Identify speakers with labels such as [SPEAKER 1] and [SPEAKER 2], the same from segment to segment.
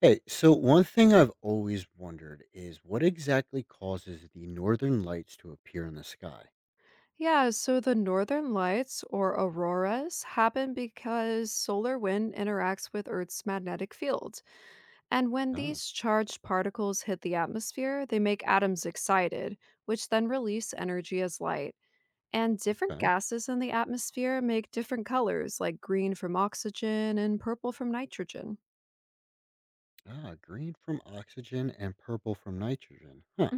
[SPEAKER 1] Hey, so one thing I've always wondered is what exactly causes the northern lights to appear in the sky?
[SPEAKER 2] Yeah, so the northern lights or auroras happen because solar wind interacts with Earth's magnetic field. And when
[SPEAKER 1] Oh,
[SPEAKER 2] these charged particles hit the atmosphere, they make atoms excited, which then release energy as light. And different
[SPEAKER 1] okay.
[SPEAKER 2] gases in the atmosphere make different colors, like green from oxygen and purple from nitrogen.
[SPEAKER 1] Ah, green from oxygen and purple from nitrogen. Huh.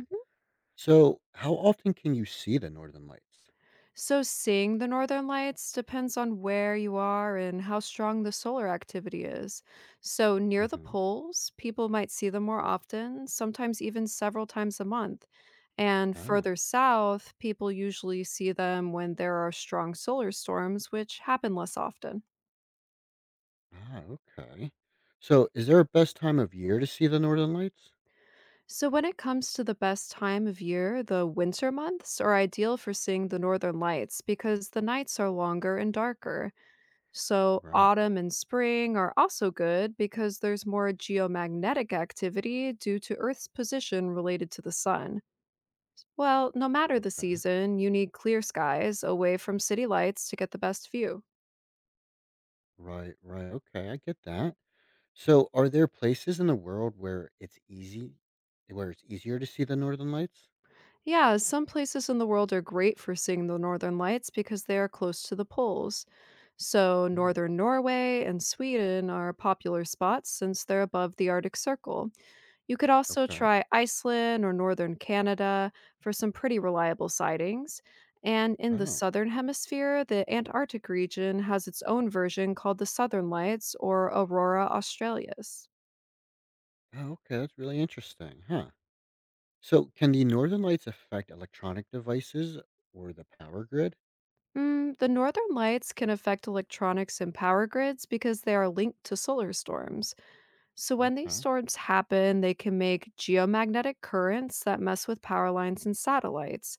[SPEAKER 1] So, how often can you see the northern lights?
[SPEAKER 2] So, seeing the northern lights depends on where you are and how strong the solar activity is. So, near the
[SPEAKER 1] Mm-hmm.
[SPEAKER 2] poles, people might see them more often, sometimes even several times a month. And
[SPEAKER 1] Oh,
[SPEAKER 2] further south, people usually see them when there are strong solar storms, which happen less often.
[SPEAKER 1] ah, okay. So, is there a best time of year to see the northern lights?
[SPEAKER 2] So, when it comes to the best time of year, the winter months are ideal for seeing the northern lights because the nights are longer and darker. So,
[SPEAKER 1] Right.
[SPEAKER 2] autumn and spring are also good because there's more geomagnetic activity due to Earth's position related to the sun. Well, no matter the
[SPEAKER 1] Okay.
[SPEAKER 2] season, you need clear skies away from city lights to get the best view.
[SPEAKER 1] Right, right. Okay, I get that. So, are there places in the world where where it's easier to see the northern lights?
[SPEAKER 2] Yeah, some places in the world are great for seeing the northern lights because they are close to the poles. So,
[SPEAKER 1] Hmm.
[SPEAKER 2] northern Norway and Sweden are popular spots since they're above the Arctic Circle. You could also
[SPEAKER 1] Okay.
[SPEAKER 2] try Iceland or northern Canada for some pretty reliable sightings. And in the
[SPEAKER 1] Oh.
[SPEAKER 2] southern hemisphere, the Antarctic region has its own version called the Southern Lights or Aurora Australis.
[SPEAKER 1] Oh, okay. That's really interesting, huh? So, can the northern lights affect electronic devices or the power grid?
[SPEAKER 2] Mm, the northern lights can affect electronics and power grids because they are linked to solar storms. So, when these
[SPEAKER 1] Okay.
[SPEAKER 2] storms happen, they can make geomagnetic currents that mess with power lines and satellites.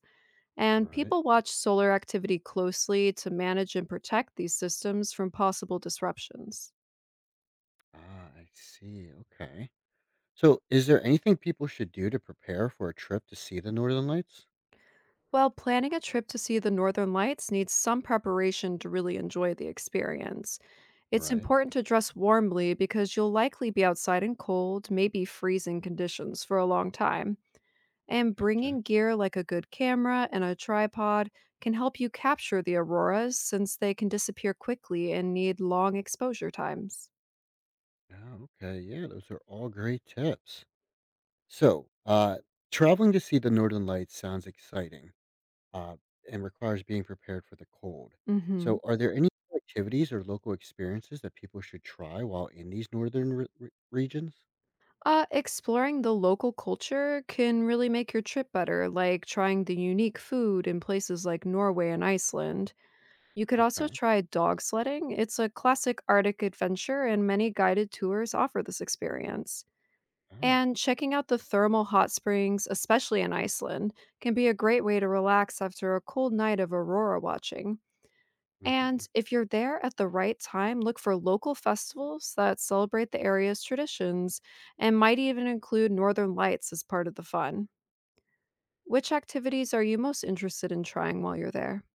[SPEAKER 2] And
[SPEAKER 1] Right.
[SPEAKER 2] people watch solar activity closely to manage and protect these systems from possible disruptions.
[SPEAKER 1] Ah, I see. Okay. So, is there anything people should do to prepare for a trip to see the northern lights?
[SPEAKER 2] While planning a trip to see the northern lights needs some preparation to really enjoy the experience, it's
[SPEAKER 1] Right.
[SPEAKER 2] important to dress warmly because you'll likely be outside in cold, maybe freezing conditions for a long time. And
[SPEAKER 1] Gotcha.
[SPEAKER 2] bringing gear like a good camera and a tripod can help you capture the auroras since they can disappear quickly and need long exposure times.
[SPEAKER 1] Oh, okay. Yeah, those are all great tips. So, traveling to see the northern lights sounds exciting, uh, and requires being prepared for the cold.
[SPEAKER 2] Mhm.
[SPEAKER 1] So, are there Mhm. any activities or local experiences that people should try while in these northern regions?
[SPEAKER 2] Exploring the local culture can really make your trip better, like trying the unique food in places like Norway and Iceland. You could also
[SPEAKER 1] Okay.
[SPEAKER 2] try dog sledding. It's a classic Arctic adventure, and many guided tours offer this experience.
[SPEAKER 1] Oh.
[SPEAKER 2] And checking out the thermal hot springs, especially in Iceland, can be a great way to relax after a cold night of aurora watching. And
[SPEAKER 1] Hmm.
[SPEAKER 2] if you're there at the right time, look for local festivals that celebrate the area's traditions and might even include northern lights as part of the fun. Which activities are you most interested in trying while you're there?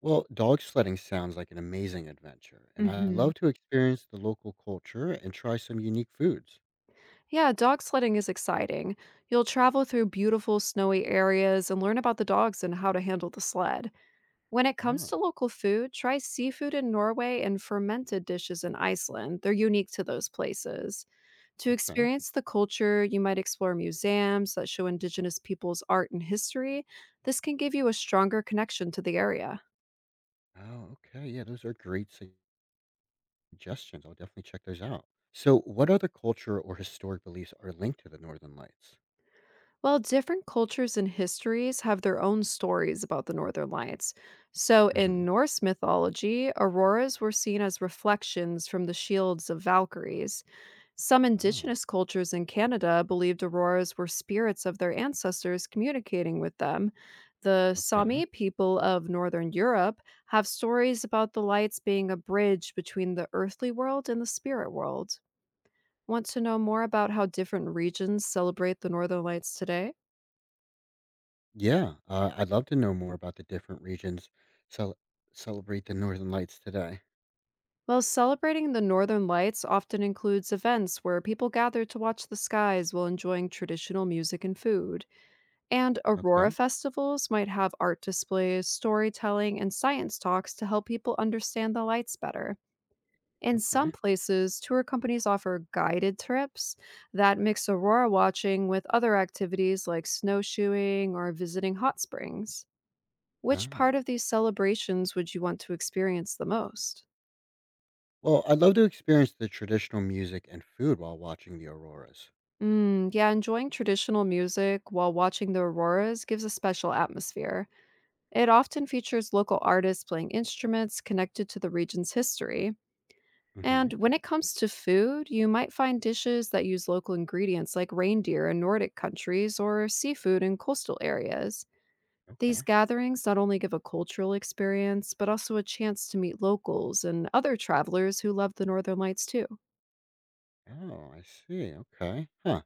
[SPEAKER 1] Well, dog sledding sounds like an amazing adventure, and I
[SPEAKER 2] Hmm.
[SPEAKER 1] love to experience the local culture and try some unique foods.
[SPEAKER 2] Yeah, dog sledding is exciting. You'll travel through beautiful snowy areas and learn about the dogs and how to handle the sled. When it comes to
[SPEAKER 1] Oh,
[SPEAKER 2] local food, try seafood in Norway and fermented dishes in Iceland. They're unique to those places. To
[SPEAKER 1] okay.
[SPEAKER 2] experience the culture, you might explore museums that show Indigenous peoples' art and history. This can give you a stronger connection to the area.
[SPEAKER 1] Oh, okay. Yeah, those are great suggestions. I'll definitely check those out. So, what other culture or historic beliefs are linked to the Northern Lights?
[SPEAKER 2] While different cultures and histories have their own stories about the Northern Lights. So,
[SPEAKER 1] Hmm.
[SPEAKER 2] in Norse mythology, auroras were seen as reflections from the shields of Valkyries. Some
[SPEAKER 1] Oh,
[SPEAKER 2] indigenous cultures in Canada believed auroras were spirits of their ancestors communicating with them. The
[SPEAKER 1] okay.
[SPEAKER 2] Sami people of Northern Europe have stories about the lights being a bridge between the earthly world and the spirit world. Want to know more about how different regions celebrate the Northern Lights today?
[SPEAKER 1] Yeah, I'd love to know more about the different regions cel- celebrate the Northern Lights today.
[SPEAKER 2] Well, celebrating the Northern Lights often includes events where people gather to watch the skies while enjoying traditional music and food. And Aurora
[SPEAKER 1] Okay,
[SPEAKER 2] festivals might have art displays, storytelling, and science talks to help people understand the lights better. In some
[SPEAKER 1] okay.
[SPEAKER 2] places, tour companies offer guided trips that mix aurora watching with other activities like snowshoeing or visiting hot springs. Which
[SPEAKER 1] Oh,
[SPEAKER 2] part of these celebrations would you want to experience the most?
[SPEAKER 1] well, I'd love to experience the traditional music and food while watching the auroras.
[SPEAKER 2] Mm, yeah, enjoying traditional music while watching the auroras gives a special atmosphere. It often features local artists playing instruments connected to the region's history.
[SPEAKER 1] Mm-hmm.
[SPEAKER 2] And when it comes to food, you might find dishes that use local ingredients like reindeer in Nordic countries or seafood in coastal areas. These
[SPEAKER 1] Okay.
[SPEAKER 2] gatherings not only give a cultural experience, but also a chance to meet locals and other travelers who love the Northern Lights too.
[SPEAKER 1] Oh, I see. Okay. Huh.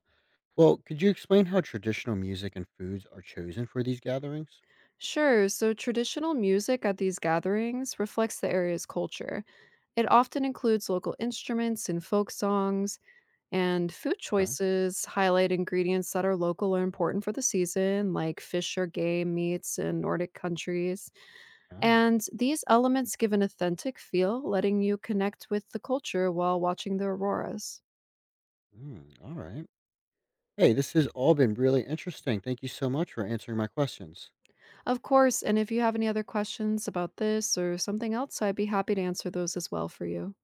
[SPEAKER 1] Well, could you explain how traditional music and foods are chosen for these gatherings?
[SPEAKER 2] Sure, so traditional music at these gatherings reflects the area's culture. It often includes local instruments and folk songs, and food
[SPEAKER 1] Okay.
[SPEAKER 2] choices highlight ingredients that are local or important for the season, like fish or game meats in Nordic countries.
[SPEAKER 1] Oh.
[SPEAKER 2] And these elements give an authentic feel, letting you connect with the culture while watching the auroras.
[SPEAKER 1] Mm, all right. Hey, this has all been really interesting. Thank you so much for answering my questions.
[SPEAKER 2] Of course, and if you have any other questions about this or something else, I'd be happy to answer those as well for you.